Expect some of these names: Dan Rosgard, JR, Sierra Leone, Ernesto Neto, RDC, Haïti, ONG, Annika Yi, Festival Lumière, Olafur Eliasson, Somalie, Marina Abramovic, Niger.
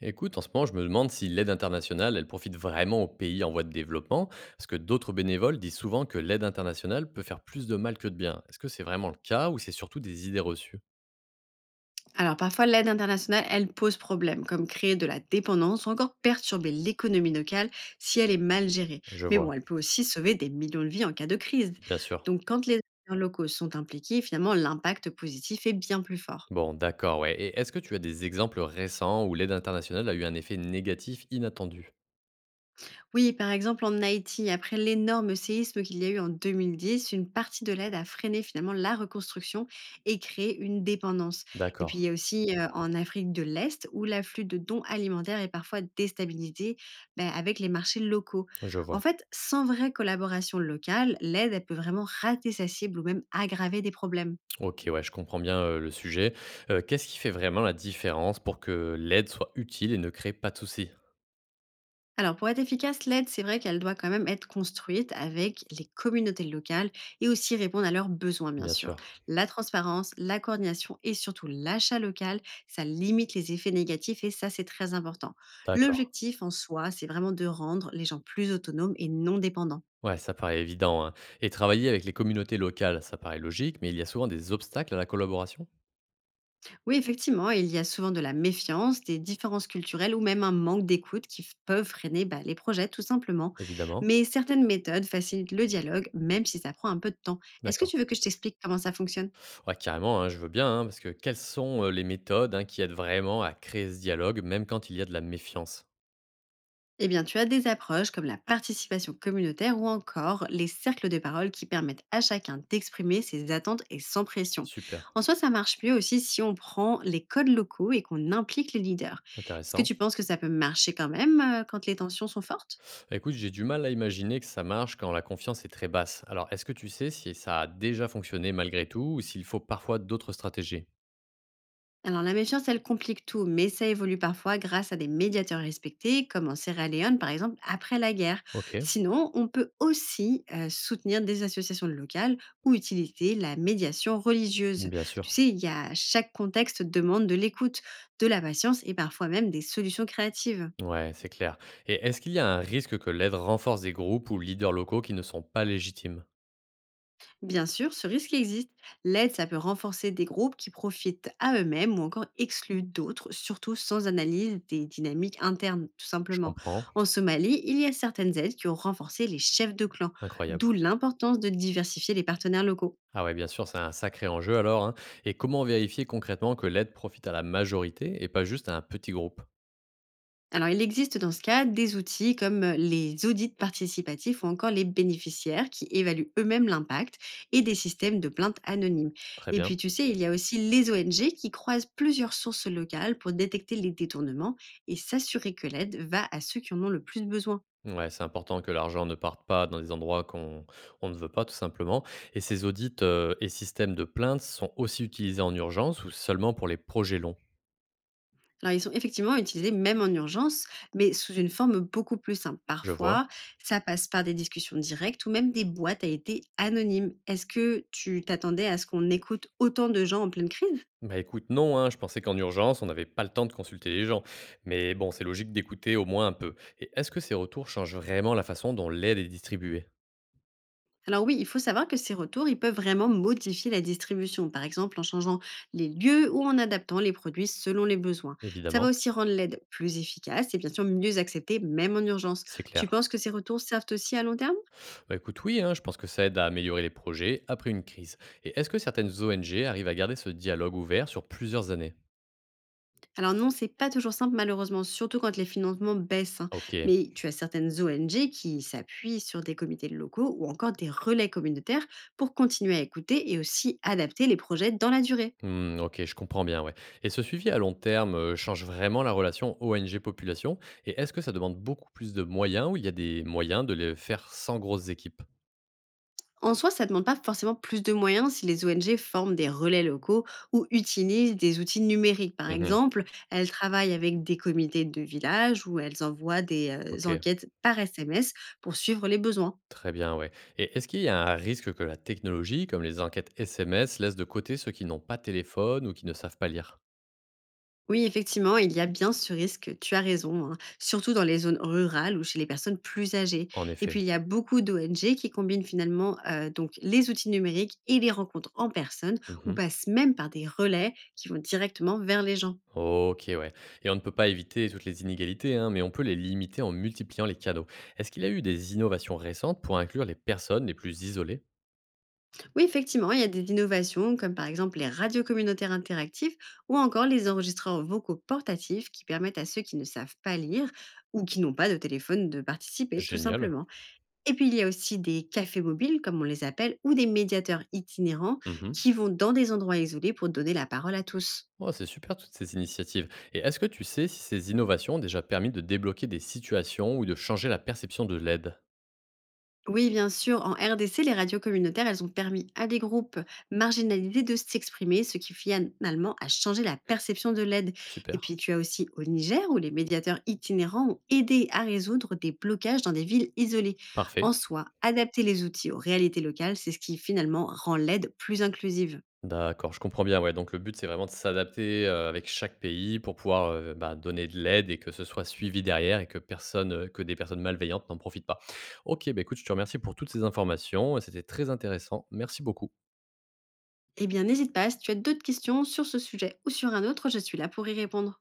Écoute, en ce moment, je me demande si l'aide internationale, elle profite vraiment aux pays en voie de développement, parce que d'autres bénévoles disent souvent que l'aide internationale peut faire plus de mal que de bien. Est-ce que c'est vraiment le cas ou c'est surtout des idées reçues? Alors parfois, l'aide internationale, elle pose problème, comme créer de la dépendance ou encore perturber l'économie locale si elle est mal gérée. Je Mais bon, vois, elle peut aussi sauver des millions de vies en cas de crise. bien sûr. Donc quand les acteurs locaux sont impliqués, finalement, l'impact positif est bien plus fort. Bon, d'accord, ouais. Et est-ce que tu as des exemples récents où l'aide internationale a eu un effet négatif inattendu? Oui, par exemple en Haïti, après l'énorme séisme qu'il y a eu en 2010, une partie de l'aide a freiné finalement la reconstruction et créé une dépendance. Et puis il D'accord, y a aussi en Afrique de l'Est où l'afflux de dons alimentaires est parfois déstabilisé ben, avec les marchés locaux. je En vois. fait, sans vraie collaboration locale, l'aide elle peut vraiment rater sa cible ou même aggraver des problèmes. Ok, ouais, je comprends bien le sujet. Qu'est-ce qui fait vraiment la différence pour que l'aide soit utile et ne crée pas de soucis? Alors, pour être efficace, l'aide, c'est vrai qu'elle doit quand même être construite avec les communautés locales et aussi répondre à leurs besoins, bien Bien sûr. sûr. La transparence, la coordination et surtout l'achat local, ça limite les effets négatifs et ça, c'est très important. D'accord. L'objectif en soi, c'est vraiment de rendre les gens plus autonomes et non dépendants. Ouais, ça paraît évident, hein. Et travailler avec les communautés locales, ça paraît logique, mais il y a souvent des obstacles à la collaboration, Oui, effectivement, il y a souvent de la méfiance, des différences culturelles ou même un manque d'écoute qui peuvent freiner bah, les projets tout simplement. évidemment. Mais certaines méthodes facilitent le dialogue, même si ça prend un peu de temps. Est-ce que D'accord. tu veux que je t'explique comment ça fonctionne? Ouais, carrément, hein, je veux bien, hein, parce que quelles sont les méthodes, hein, qui aident vraiment à créer ce dialogue, même quand il y a de la méfiance? Eh bien, tu as des approches comme la participation communautaire ou encore les cercles de parole qui permettent à chacun d'exprimer ses attentes et sans pression. Super, En soi, ça marche mieux aussi si on prend les codes locaux et qu'on implique les leaders. Est-ce que intéressant. tu penses que ça peut marcher quand même quand les tensions sont fortes? Bah, écoute, j'ai du mal à imaginer que ça marche quand la confiance est très basse. Alors, est-ce que tu sais si ça a déjà fonctionné malgré tout, ou s'il faut parfois d'autres stratégies? Alors la méfiance, elle complique tout, mais ça évolue parfois grâce à des médiateurs respectés, comme en Sierra Leone par exemple après la guerre. Ok, Sinon, on peut aussi soutenir des associations locales ou utiliser la médiation religieuse. bien Tu sûr. sais, il y a chaque contexte demande de l'écoute, de la patience et parfois même des solutions créatives. Ouais, c'est clair. Et est-ce qu'il y a un risque que l'aide renforce des groupes ou leaders locaux qui ne sont pas légitimes? Bien sûr, ce risque existe. L'aide, ça peut renforcer des groupes qui profitent à eux-mêmes ou encore excluent d'autres, surtout sans analyse des dynamiques internes, tout Je simplement. comprends. En Somalie, il y a certaines aides qui ont renforcé les chefs de clan, Incroyable. d'où l'importance de diversifier les partenaires locaux. Ah ouais, bien sûr, c'est un sacré enjeu alors, hein. Et comment vérifier concrètement que l'aide profite à la majorité et pas juste à un petit groupe? Alors, il existe dans ce cas des outils comme les audits participatifs ou encore les bénéficiaires qui évaluent eux-mêmes l'impact et des systèmes de plaintes anonymes. Très Et puis, bien. tu sais, il y a aussi les ONG qui croisent plusieurs sources locales pour détecter les détournements et s'assurer que l'aide va à ceux qui en ont le plus besoin. Ouais, c'est important que l'argent ne parte pas dans des endroits qu'on on ne veut pas, tout simplement. Et ces audits et systèmes de plainte sont aussi utilisés en urgence ou seulement pour les projets longs? Alors, ils sont effectivement utilisés même en urgence, mais sous une forme beaucoup plus simple. Je vois. Parfois, ça passe par des discussions directes ou même des boîtes à été anonymes. Est-ce que tu t'attendais à ce qu'on écoute autant de gens en pleine crise? Bah écoute, non, hein, je pensais qu'en urgence, on n'avait pas le temps de consulter les gens. Mais bon, c'est logique d'écouter au moins un peu. Et est-ce que ces retours changent vraiment la façon dont l'aide est distribuée? Alors oui, il faut savoir que ces retours, ils peuvent vraiment modifier la distribution, par exemple en changeant les lieux ou en adaptant les produits selon les besoins. Ça va Évidemment, aussi rendre l'aide plus efficace et bien sûr mieux acceptée, même en urgence. c'est Tu clair. penses que ces retours servent aussi à long terme? Bah écoute, oui, hein, je pense que ça aide à améliorer les projets après une crise. Et est-ce que certaines ONG arrivent à garder ce dialogue ouvert sur plusieurs années? Alors non, c'est pas toujours simple malheureusement, surtout quand les financements baissent, hein. Ok, Mais tu as certaines ONG qui s'appuient sur des comités locaux ou encore des relais communautaires pour continuer à écouter et aussi adapter les projets dans la durée. hmm, ok, je comprends bien, ouais. Et ce suivi à long terme change vraiment la relation ONG-population. Et est-ce que ça demande beaucoup plus de moyens ou il y a des moyens de les faire sans grosses équipes? En soi, ça ne demande pas forcément plus de moyens si les ONG forment des relais locaux ou utilisent des outils numériques. Par Mhm, exemple, elles travaillent avec des comités de village ou elles envoient des ok. enquêtes par SMS pour suivre les besoins. Très bien, ouais. Et est-ce qu'il y a un risque que la technologie, comme les enquêtes SMS, laisse de côté ceux qui n'ont pas de téléphone ou qui ne savent pas lire? Oui, effectivement, il y a bien ce risque, tu as raison, hein, surtout dans les zones rurales ou chez les personnes plus âgées. En Et effet. puis, il y a beaucoup d'ONG qui combinent finalement donc les outils numériques et les rencontres en personne ou Mhm. passent même par des relais qui vont directement vers les gens. Ok, ouais. Et on ne peut pas éviter toutes les inégalités, hein, mais on peut les limiter en multipliant les cadeaux. Est-ce qu'il y a eu des innovations récentes pour inclure les personnes les plus isolées? Oui, effectivement, il y a des innovations comme par exemple les radios communautaires interactives ou encore les enregistreurs vocaux portatifs qui permettent à ceux qui ne savent pas lire ou qui n'ont pas de téléphone de participer tout Génial. simplement. Et puis il y a aussi des cafés mobiles comme on les appelle ou des médiateurs itinérants Mhm. qui vont dans des endroits isolés pour donner la parole à tous. Oh, c'est super toutes ces initiatives. Et est-ce que tu sais si ces innovations ont déjà permis de débloquer des situations ou de changer la perception de l'aide? Oui, bien sûr. En RDC, les radios communautaires, elles ont permis à des groupes marginalisés de s'exprimer, ce qui finalement a changé la perception de l'aide. Et Super. puis, tu as aussi au Niger, où les médiateurs itinérants ont aidé à résoudre des blocages dans des villes isolées. En Parfait. soi, adapter les outils aux réalités locales, c'est ce qui finalement rend l'aide plus inclusive. D'accord, je comprends bien, ouais. Donc le but, c'est vraiment de s'adapter, avec chaque pays pour pouvoir, bah, donner de l'aide et que ce soit suivi derrière et que personne, que des personnes malveillantes n'en profitent pas. OK, bah, écoute, je te remercie pour toutes ces informations, c'était très intéressant. Merci beaucoup. Eh bien, n'hésite pas, si tu as d'autres questions sur ce sujet ou sur un autre, je suis là pour y répondre.